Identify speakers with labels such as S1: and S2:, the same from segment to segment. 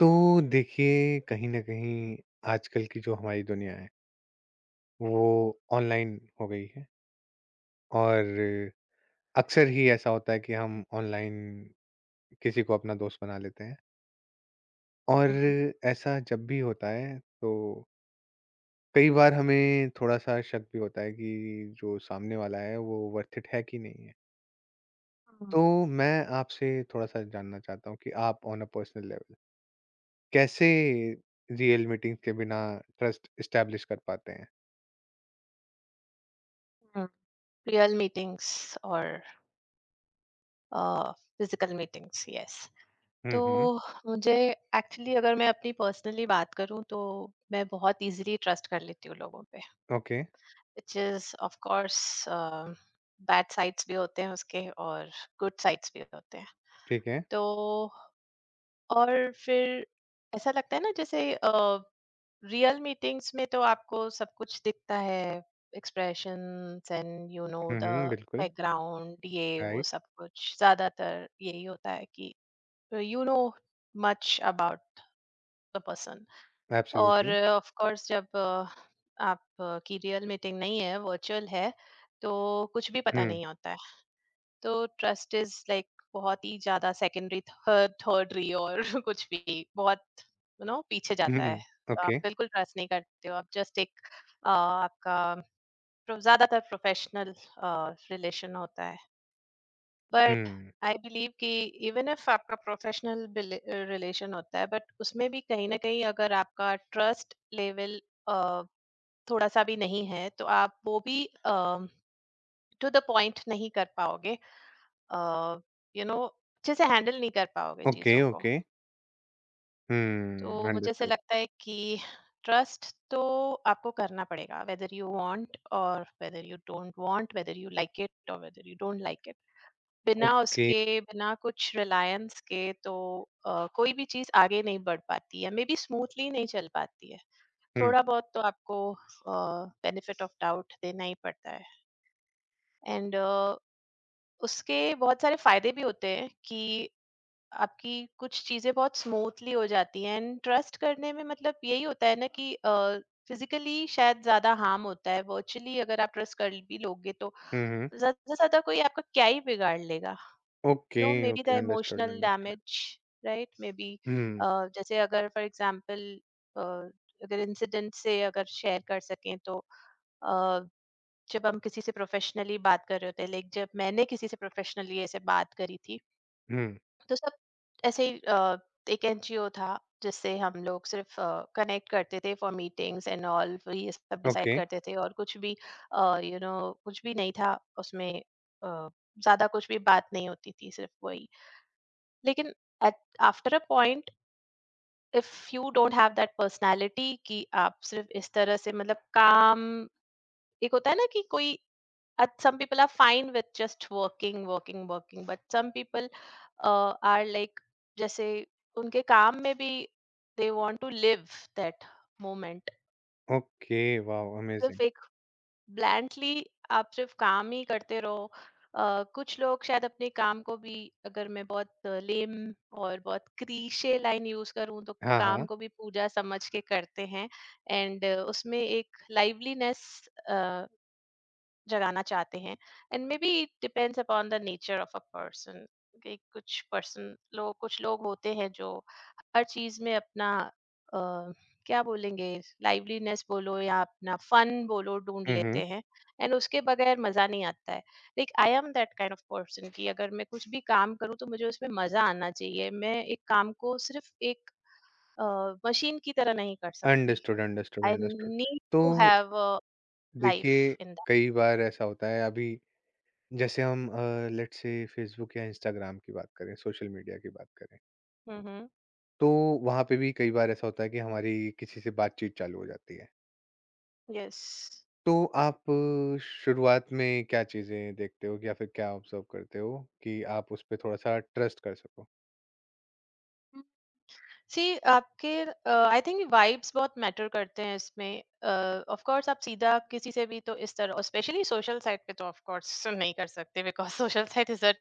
S1: तो देखिए, कहीं न कहीं आजकल की जो हमारी दुनिया है, वो ऑनलाइन हो गई है। और अक्सर ही ऐसा होता है कि हम ऑनलाइन किसी को अपना दोस्त बना लेते हैं। और
S2: Mhm,
S1: ऐसा जब भी होता है तो कई बार हमें थोड़ा-सा शक भी होता है कि जो सामने वाला है वो वर्थ इट है कि नहीं है।
S2: mhm,
S1: तो मैं आपसे थोड़ा-सा जानना चाहता हूँ कि आप ऑन अ पर्सनल लेवल कैसे रियल मीटिंग्स के बिना ट्रस्ट एस्टैब्लिश कर पाते हैं?
S2: mhm. रियल मीटिंग्स और फिजिकल मीटिंग्स, यस।
S1: हुँ,
S2: तो
S1: हुँ।
S2: मुझे, एक्चुअली अगर मैं अपनी पर्सनली बात करूं तो, मैं बहुत इजीली ट्रस्ट कर लेती हूँ लोगों पे।
S1: Okay.
S2: Which is of course, bad sides भी होते हैं उसके और गुड साइड्स भी होते हैं।
S1: ठीक है।
S2: तो और फिर ऐसा लगता है ना जैसे रियल मीटिंग्स में तो आपको सब कुछ दिखता है, expressions and you know
S1: hmm,
S2: the
S1: hmm, बिल्कुल,
S2: बैकग्राउंड, ये वो
S1: राइट,
S2: सब कुछ। ज़्यादातर यही होता है कि you know much about the person. और
S1: एब्सोल्युटली।
S2: ऑफ कोर्स जब आपकी रियल मीटिंग नहीं है, वर्चुअल है, तो कुछ भी पता
S1: हुँ,
S2: नहीं होता है। तो ट्रस्ट इज लाइक बहुत ही ज्यादा सेकेंडरी, थर्डरी और कुछ भी बहुत यू नो पीछे जाता
S1: हुँ,
S2: है। तो आप
S1: ओके,
S2: बिल्कुल ट्रस्ट नहीं करते हो, आप जस्ट एक आपका ज्यादातर प्रोफेशनल रिलेशन होता है, बट
S1: हुँ,
S2: आई बिलीव कि इवन इफ आपका प्रोफेशनल रिलेशन होता है, बट उसमें भी कहीं ना कहीं अगर आपका ट्रस्ट लेवल थोड़ा सा भी नहीं है तो आप वो भी टू द पॉइंट नहीं कर पाओगे, यू नो अच्छे से हैंडल नहीं कर पाओगे
S1: ओके,
S2: चीज़ों को।
S1: ओके, हुँ,
S2: तो मुझे ऐसे
S1: अंडरस्टूड,
S2: लगता है कि ट्रस्ट तो आपको करना पड़ेगा, वेदर यू वांट और whether you don't want, whether you like it और whether you don't like it. बिना
S1: ओके,
S2: उसके बिना कुछ रिलायंस के तो कोई भी चीज़ आगे नहीं बढ़ पाती है, मे बी स्मूथली नहीं चल पाती है।
S1: हुँ,
S2: थोड़ा बहुत तो आपको बेनिफिट ऑफ डाउट देना ही पड़ता है एंड उसके बहुत सारे फायदे भी होते हैं कि आपकी कुछ चीजें बहुत स्मूथली हो जाती हैं। एंड ट्रस्ट करने में मतलब यही होता है ना कि फिजिकली शायद ज्यादा हार्म होता है, वर्चुअली अगर आप ट्रस्ट कर भी लोगे तो
S1: हुँ, हुँ,
S2: ज्यादा से ज्यादा कोई आपका क्या ही बिगाड़ लेगा,
S1: okay,
S2: no may be
S1: okay,
S2: the
S1: understood,
S2: emotional
S1: understood,
S2: damage, right may be.
S1: Hmm,
S2: जैसे अगर फॉर एग्जांपल, अगर इंसिडेंट से अगर शेयर कर सकें तो अ, जब हम किसी से प्रोफेशनली बात कर रहे होते हैं, लाइक जब मैंने किसी से प्रोफेशनली ऐसे बात करी थी,
S1: हुँ,
S2: तो सब ऐसे ही एक एनजीओ था जिससे हम लोग सिर्फ कनेक्ट करते थे फॉर मीटिंग्स एंड ऑल, ये सब डिसाइड
S1: ओके,
S2: करते थे और कुछ भी, यू नो कुछ भी नहीं था उसमें, अ, ज्यादा कुछ भी बात नहीं होती थी, सिर्फ वही। लेकिन at after a point, if you don't have that personality कि आप सिर्फ इस तरह से मतलब काम, एक होता है ना कि कोई at some people are fine with just working working working, but some people are like, जैसे उनके काम में भी they want to live that moment.
S1: Okay, wow amazing!
S2: सिर्फ एक ब्लैंकली आप सिर्फ काम ही करते रहो, कुछ लोग शायद अपने काम को भी, अगर मैं बहुत लेम और बहुत क्रीशे लाइन यूज करूं तो,
S1: हाँ, हाँ,
S2: काम को भी पूजा समझ के करते हैं, एंड उसमें एक लाइवलीनेस जगाना चाहते हैं। And may be it depends upon the nature of a person कि कुछ पर्सन लोग, कुछ लोग होते हैं जो हर चीज में अपना अ, क्या बोलेंगे, लाइवलीनेस बोलो या अपना फन बोलो, ढूंढ
S1: हुँ, हुँ,
S2: लेते हैं एंड उसके बगैर मजा नहीं आता है। Like I am that kind of person कि अगर मैं कुछ भी काम करूँ तो मुझे उसमें मजा आना चाहिए, मैं एक काम को सिर्फ एक मशीन की तरह नहीं कर सकती।
S1: Understood, understood,
S2: I
S1: understood.
S2: Need
S1: to
S2: to have life
S1: देखिए,
S2: इन
S1: कई बार ऐसा होता है अभी जैसे हम लेट्स से फेसबुक या इंस्टाग्राम की बात करें, सोशल मीडिया की बात करें।
S2: दैट,
S1: तो वहाँ पे भी कई बार ऐसा होता है कि हमारी किसी से बातचीत चालू हो जाती है।
S2: यस।
S1: तो आप शुरुआत में क्या चीज़ें देखते हो या फिर क्या ऑब्ज़र्व करते हो कि आप उस पे थोड़ा-सा ट्रस्ट कर सको?
S2: सी आपके, आई थिंक वाइब्स बहुत मैटर करते हैं इसमें। ऑफ कोर्स आप सीधा किसी से भी तो इस तरह स्पेशली सोशल साइट पे तो ऑफ कोर्स नहीं कर सकते, because social site is a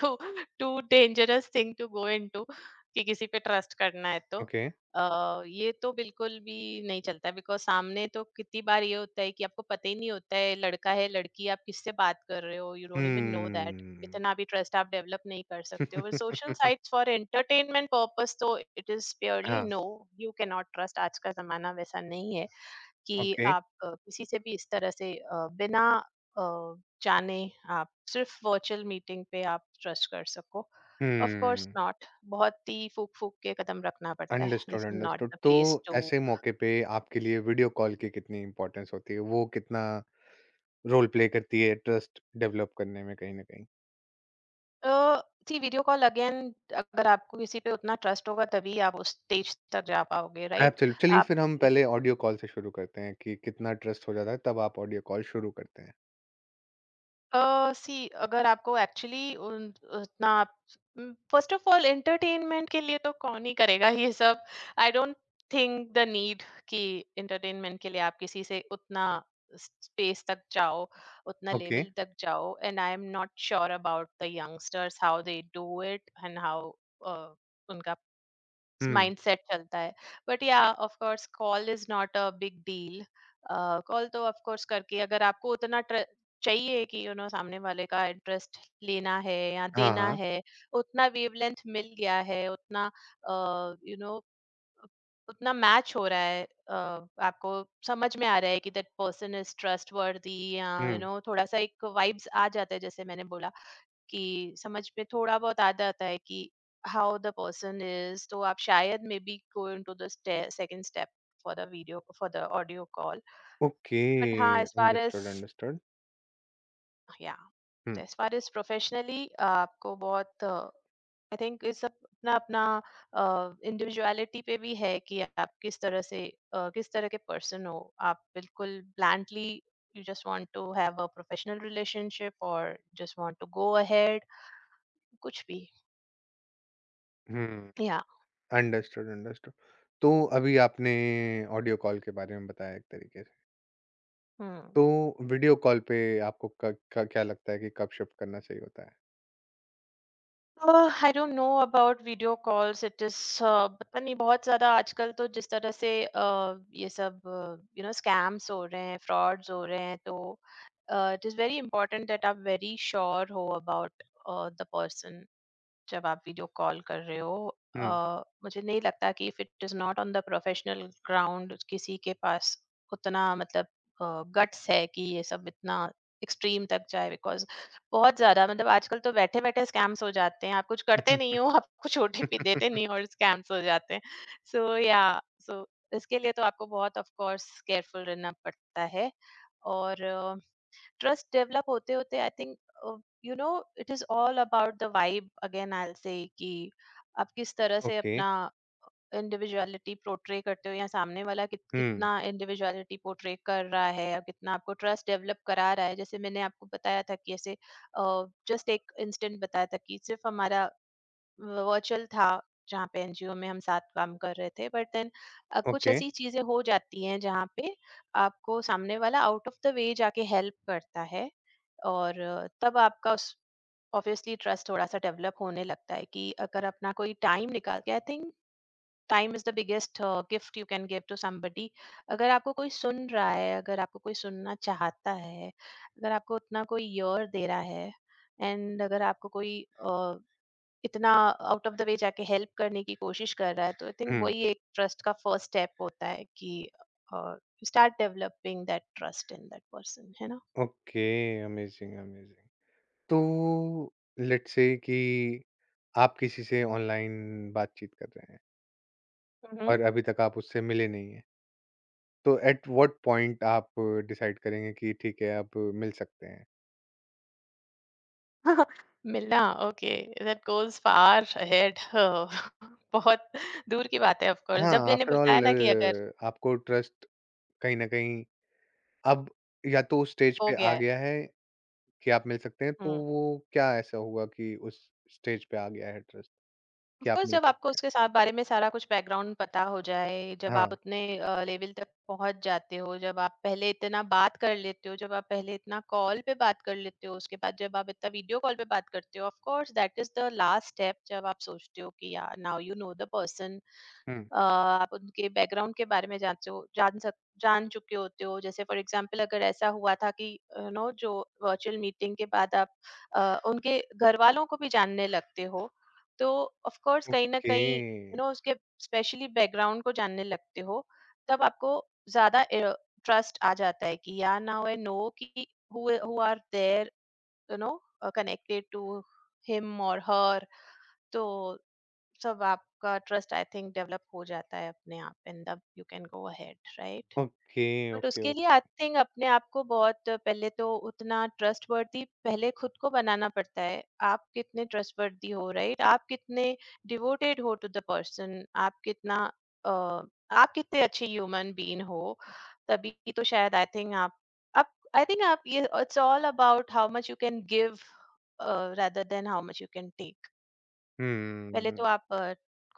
S2: too too dangerous thing to go into कि किसी पे ट्रस्ट करना है तो
S1: ओके।
S2: ये तो बिल्कुल भी नहीं चलता, बिकॉज सामने तो कितनी बार ये होता है कि आपको पता ही नहीं होता है लड़का है लड़की, आप किससे बात कर रहे हो, you don't even know that.
S1: Hmm.
S2: इतना भी ट्रस्ट आप डेवलप नहीं कर सकते हो, social sites for entertainment purpose तो इट इज प्योरली
S1: हाँ,
S2: no, you can not trust. आज का जमाना वैसा नहीं है कि
S1: ओके।
S2: आप किसी से भी इस तरह से बिना अ, जाने आप सिर्फ वर्चुअल मीटिंग पे आप ट्रस्ट कर सको, ऑफ कोर्स
S1: हम्म।
S2: नॉट। बहुत ही फूक फूक के कदम रखना पड़ता है,
S1: understood,
S2: this is not
S1: understood.
S2: The
S1: तो
S2: प्लेस टू।
S1: ऐसे मौके पे आपके लिए वीडियो कॉल की कितनी इम्पोर्टेंस होती है? वो कितना रोल प्ले करती है ट्रस्ट डेवलप करने में कहीं न कहीं?
S2: जी, वीडियो कॉल अगेन, अगर आपको किसी पे उतना ट्रस्ट होगा तभी आप उस स्टेज तक जा पाओगे, राइट।
S1: एब्सोल्यूट, चलिए
S2: आप
S1: फिर हम पहले ऑडियो कॉल से शुरू करते हैं कि कितना ट्रस्ट हो जाता है तब आप ऑडियो कॉल शुरू करते हैं।
S2: सी अगर आपको एक्चुअली उतना आप, फर्स्ट ऑफ ऑल एंटरटेनमेंट के लिए तो कौन ही करेगा ये सब, I don't think the need कि एंटरटेनमेंट के लिए आप किसी से उतना स्पेस तक जाओ उतना
S1: ओके।
S2: लेवल तक जाओ, and I am not sure about the youngsters, how they do it and how उनका
S1: हुँ।
S2: माइंडसेट चलता है। But yeah of course call is not a big deal. Call तो ऑफ कोर्स करके अगर आपको उतना चाहिए कि यू नो सामने वाले का इंटरेस्ट लेना है या
S1: हाँ,
S2: देना
S1: हाँ।
S2: है, उतना वेवलेंथ मिल गया है, उतना यू नो उतना मैच हो रहा है, आपको समझ में आ रहा है कि दैट पर्सन इज ट्रस्ट वर्दी, या यू
S1: हुँ।
S2: नो थोड़ा सा एक वाइब्स आ जाता है जैसे मैंने बोला, कि समझ में थोड़ा बहुत आ जाता है कि हाउ द पर्सन इज, तो आप शायद may be go into the second step for the video, for the audio call.
S1: Okay,
S2: but हाँ as far as,
S1: understood, understood.
S2: Yeah
S1: hmm,
S2: as far as professionally, आपको बहुत, I think इस सब अपना अपना इंडिविजुअलिटी पे भी है कि आप किस तरह से, किस तरह के पर्सन हो, आप बिल्कुल blandly you just want to have a professional relationship और just want to go ahead कुछ भी,
S1: हुँ।
S2: या।
S1: Understood, understood. तो अभी आपने ऑडियो कॉल के बारे में बताया एक तरीके से।
S2: हम्म।
S1: तो वीडियो कॉल पे आपको क क क्या लगता है कि कब शिफ्ट करना सही होता है?
S2: I don't know about video calls, it is, पता नहीं बहुत ज़्यादा आजकल तो जिस तरह से ये सब यू नो स्कैम्स हो रहे हैं, फ्रॉड्स हो रहे हैं, तो it is very important that आप वेरी श्योर हो अबाउट द पर्सन जब आप वीडियो कॉल कर रहे हो।
S1: हुँ।
S2: अ, मुझे नहीं लगता कि if it is not on the professional ground किसी के पास उतना मतलब गट्स है कि ये सब इतना एक्सट्रीम तक जाए, बिकॉज बहुत ज्यादा मतलब आजकल तो बैठे बैठे स्कैम्स हो जाते हैं, आप कुछ करते नहीं हो, आप कुछ ओटीपी देते नहीं हो और स्कैम्स हो जाते हैं। सो या सो इसके लिए तो आपको बहुत ऑफ कोर्स केयरफुल रहना पड़ता है, और trust develop होते होते I think you know it is all about the vibe, again I say, कि आप किस तरह से
S1: ओके।
S2: अपना इंडिविजुअलिटी पोर्ट्रे करते हो, या सामने वाला
S1: हुँ,
S2: कितना इंडिविजुअलिटी पोर्ट्रे कर रहा है, या कितना आपको ट्रस्ट डेवलप करा रहा है, जैसे मैंने आपको बताया था कि ऐसे जस्ट एक इंस्टेंट बताया था कि सिर्फ हमारा वर्चुअल था जहाँ पे एनजीओ में हम साथ काम कर रहे थे, बट देन कुछ
S1: ओके।
S2: ऐसी चीजें हो जाती हैं जहाँ पे आपको सामने वाला आउट ऑफ द वे जाके हेल्प करता है, और तब आपका उस ऑब्वियसली ट्रस्ट थोड़ा सा डेवलप होने लगता है कि अगर अपना कोई टाइम निकाल के, I think time is the biggest gift you can give to somebody। अगर आपको कोई सुन रहा है, अगर आपको कोई सुनना चाहता है, अगर आपको उतना कोई ईयर दे रहा है, एंड अगर आपको कोई uh, इतना आउट ऑफ द वे जाके हेल्प करने की कोशिश कर रहा है, तो आई थिंक
S1: हुँ,
S2: वही एक ट्रस्ट का फर्स्ट स्टेप होता है कि start developing that trust in that person, है ना।
S1: Okay, amazing, amazing. तो लेट्स से कि आप किसी से ऑनलाइन बातचीत कर रहे हैं
S2: हम्म।
S1: और अभी तक आप उससे मिले नहीं हैं, तो एट व्हाट पॉइंट आप डिसाइड करेंगे कि ठीक है, अब मिल सकते हैं?
S2: मिलना, okay, that goes far ahead बहुत दूर की बात है। ऑफ कोर्स
S1: हाँ,
S2: जब मैंने
S1: आफ्टर
S2: बताया
S1: ऑल
S2: ना कि अगर
S1: आपको ट्रस्ट कहीं न कहीं अब या तो उस स्टेज
S2: हो
S1: पे
S2: गया
S1: आ
S2: है।
S1: गया है कि आप मिल सकते हैं, तो
S2: हम्म,
S1: वो क्या ऐसा हुआ कि उस स्टेज पे आ गया है ट्रस्ट
S2: ऑफ
S1: कि आप
S2: कोर्स
S1: मिल
S2: जब आपको
S1: सकते हैं?
S2: उसके साथ बारे में सारा कुछ बैकग्राउंड पता हो जाए, जब
S1: हाँ,
S2: आप उतने लेवल तक पहुँच जाते हो, जब आप पहले इतना बात कर लेते हो, जब आप पहले इतना कॉल पे बात कर लेते हो, उसके बाद जब आप इतना वीडियो कॉल पे बात करते हो, of course that is the last step जब आप सोचते हो कि yeah now you know the person.
S1: Hmm,
S2: आप उनके बैकग्राउंड के बारे में जान चुके होते हो जैसे फॉर एग्जांपल अगर ऐसा हुआ था कि, यू नो जो वर्चुअल मीटिंग के बाद आप उनके घर वालों को भी जानने लगते हो, तो ऑफ कोर्स कहीं ना
S1: ओके,
S2: कहीं यू नो उसके स्पेशली बैकग्राउंड को जानने लगते हो, तब आपको ज्यादा ट्रस्ट आ जाता है कि या नाउ आई नो कि who are there, you know connected to him और हर, तो सब आपका ट्रस्ट आई थिंक डेवलप हो जाता है अपने आप, एंड तब you can go ahead, right.
S1: Okay,
S2: but
S1: okay,
S2: उसके लिए
S1: ओके।
S2: आई थिंक अपने आप को बहुत पहले तो उतना ट्रस्ट वर्दी पहले खुद को बनाना पड़ता है, आप कितने ट्रस्ट वर्दी हो राइट, आप कितने डिवोटेड हो टू द पर्सन, आप कितना अ, आप कितने अच्छे ह्यूमन बीन हो, तभी तो शायद आई थिंक आप, आई थिंक आप ये it's all about how much you can give rather than how much you can take।
S1: हुँ,
S2: पहले
S1: हुँ,
S2: तो आप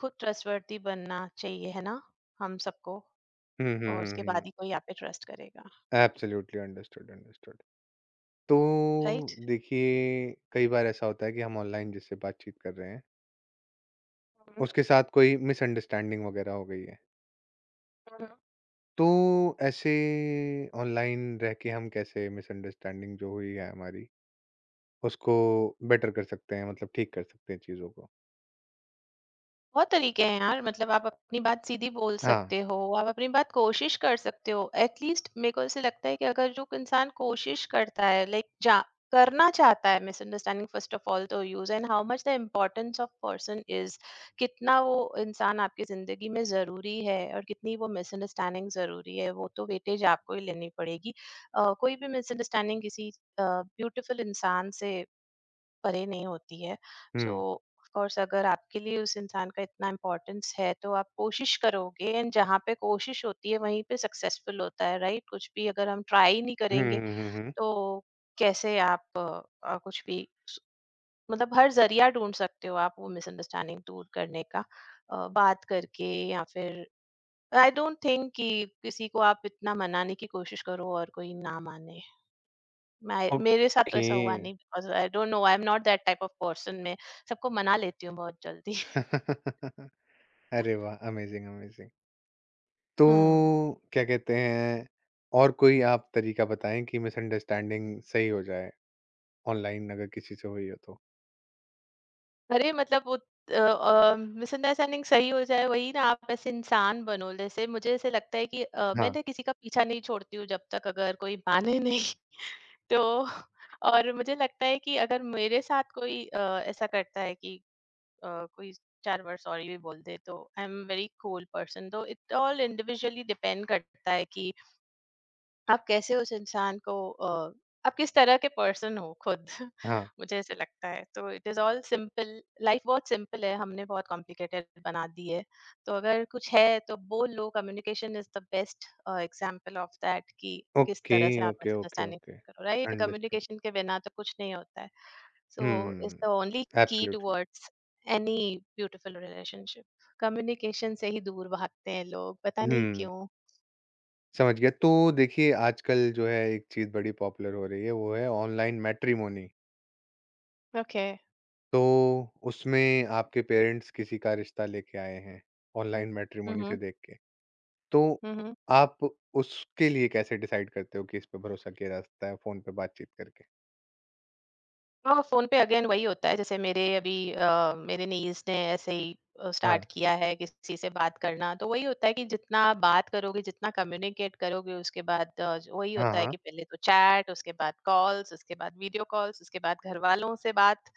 S2: खुद ट्रस्टवर्दी बनना चाहिए है ना, हम सबको,
S1: हुँ, हुँ,
S2: और
S1: हुँ,
S2: उसके
S1: हुँ, हुँ।
S2: बाद ही कोई आप पे ट्रस्ट करेगा,
S1: एब्सोल्युटली, अंडरस्टूड, अंडरस्टूड। तो
S2: राइट।
S1: देखिए, कई बार ऐसा होता है कि हम ऑनलाइन जिससे बातचीत कर रहे हैं उसके साथ कोई मिसअंडरस्टैंडिंग वगैरह हो गई है। तो ऐसे ऑनलाइन रह के हम कैसे मिसअंडरस्टैंडिंग जो हुई है हमारी उसको बेटर कर सकते हैं, मतलब ठीक कर सकते हैं चीज़ों को?
S2: बहुत तरीके हैं यार, मतलब आप अपनी बात सीधी बोल
S1: हाँ,
S2: सकते हो, आप अपनी बात कोशिश कर सकते हो, एटलीस्ट मेरे को ऐसे लगता है कि अगर जो इंसान कोशिश करता है लाइक जा करना चाहता है मिसअंडरस्टैंडिंग, फर्स्ट ऑफ ऑल तो use and how much the importance of person is, कितना वो इंसान आपकी जिंदगी में जरूरी है और कितनी वो मिसअंडरस्टैंडिंग जरूरी है, वो तो वेटेज आपको ही लेनी पड़ेगी। कोई भी मिसअंडरस्टैंडिंग किसी ब्यूटीफुल इंसान से परे नहीं होती है। सो
S1: हुँ,
S2: ऑफ कोर्स अगर आपके लिए उस इंसान का इतना इम्पोर्टेंस है तो आप कोशिश करोगे, एंड जहाँ पे कोशिश होती है वहीं पे सक्सेसफुल होता है, राइट। कुछ भी अगर हम ट्राई नहीं
S1: हुँ,
S2: करेंगे
S1: हुँ, हुँ, हुँ,
S2: तो कैसे आप मतलब हर जरिया ढूंढ सकते हो आप वो मिसअंडरस्टैंडिंग दूर करने का, बात करके या फिर आई डोंट थिंक कि किसी को आप इतना मनाने की कोशिश करो और कोई ना माने, मैं मेरे साथ तो
S1: ओके।
S2: ऐसा हुआ नहीं, because I don't know I am not that type of person, मैं सबको मना लेती हूँ बहुत जल्दी।
S1: अरे वाह! Amazing, amazing. तो
S2: हुँ।
S1: क्या कहते हैं, और कोई आप तरीका बताएँ कि मिसअंडरस्टैंडिंग सही हो जाए, ऑनलाइन अगर किसी से हुई हो तो?
S2: अरे मतलब वो मिसअंडरस्टैंडिंग सही हो जाए वही ना, आप ऐसे इंसान बनो। जैसे मुझे ऐसे लगता है कि मैं
S1: हाँ,
S2: ना किसी का पीछा नहीं छोड़ती हूँ जब तक अगर कोई माने नहीं तो और मुझे लगता है कि अगर मेरे साथ कोई ऐसा करता है कि कोई 4 बार सॉरी भी बोल दे तो I am very cool person. तो इट ऑल इंडिविजुअली डिपेंड करता है कि आप कैसे उस इंसान को आप किस तरह के पर्सन हो खुद
S1: हाँ।
S2: मुझे ऐसे लगता है तो it is all simple, life बहुत सिंपल है, हमने बहुत कॉम्प्लिकेटेड बना दी है। तो अगर कुछ है तो बोल लो, communication is the best example of that, कि किस
S1: ओके,
S2: तरह से आप
S1: ओके, ओके,
S2: मिसअंडरस्टैंडिंग
S1: ओके।
S2: करो, राइट।
S1: अंडरस्टूड।
S2: कम्युनिकेशन के बिना तो कुछ नहीं होता है, so is
S1: hmm,
S2: the only key
S1: absolutely.
S2: Towards any beautiful relationship. Communication से ही दूर भागते हैं लोग, पता नहीं
S1: हुँ,
S2: क्यों।
S1: समझ गया। तो देखिए, आजकल जो है एक चीज़ बड़ी पॉपुलर हो रही है, वो है ऑनलाइन मैट्रिमोनी।
S2: ओके,
S1: तो उसमें आपके पेरेंट्स किसी का रिश्ता लेके आए हैं, ऑनलाइन मैट्रिमोनी से
S2: हम्म,
S1: देख के। तो
S2: हम्म,
S1: आप उसके लिए कैसे डिसाइड करते हो कि इस पे भरोसा किया जा सकता है फ़ोन पे बातचीत करके?
S2: और फोन पे अगेन वही होता है जैसे मेरे अभी मेरे नीज ने ऐसे ही
S1: हाँ,
S2: स्टार्ट किया है किसी से बात करना, तो वही होता है कि जितना आप बात करोगे जितना कम्युनिकेट करोगे, उसके बाद वही
S1: हाँ,
S2: होता है
S1: हाँ।
S2: कि पहले तो चैट, उसके बाद कॉल्स, उसके बाद वीडियो कॉल्स, उसके बाद घर वालों से बात,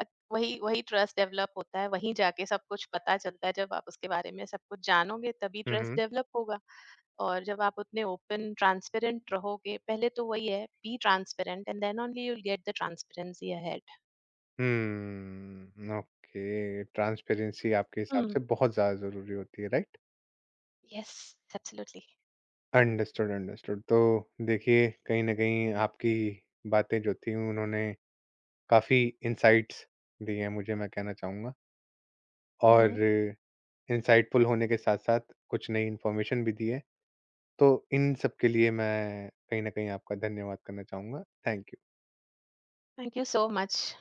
S2: अ, वही वही ट्रस्ट डेवलप होता है, वहीं जाके सब कुछ पता चलता है, जब आप उसके बारे में सब कुछ जानोगे तभी
S1: हुँ,
S2: ट्रस्ट
S1: हुँ।
S2: डेवलप होगा। और जब आप उतने ओपन ट्रांसपेरेंट रहोगे, पहले तो वही है be transparent and then only you will get the transparency ahead.
S1: Okay, transparency आपके हिसाब
S2: Mm.
S1: से बहुत ज़्यादा ज़रूरी होती है, right?
S2: Yes, absolutely.
S1: Understood, understood. तो देखिए, कहीं न कहीं आपकी बातें जो थी उन्होंने काफ़ी इनसाइट्स दिए हैं मुझे, मैं कहना चाहूँगा।
S2: Mhm.
S1: और इनसाइटफुल होने के साथ-साथ कुछ नई इन्फॉर्मेशन भी दी है। तो इन सब के लिए मैं कहीं न कहीं आपका धन्यवाद करना चाहूँगा। Thank you.
S2: Thank you so much.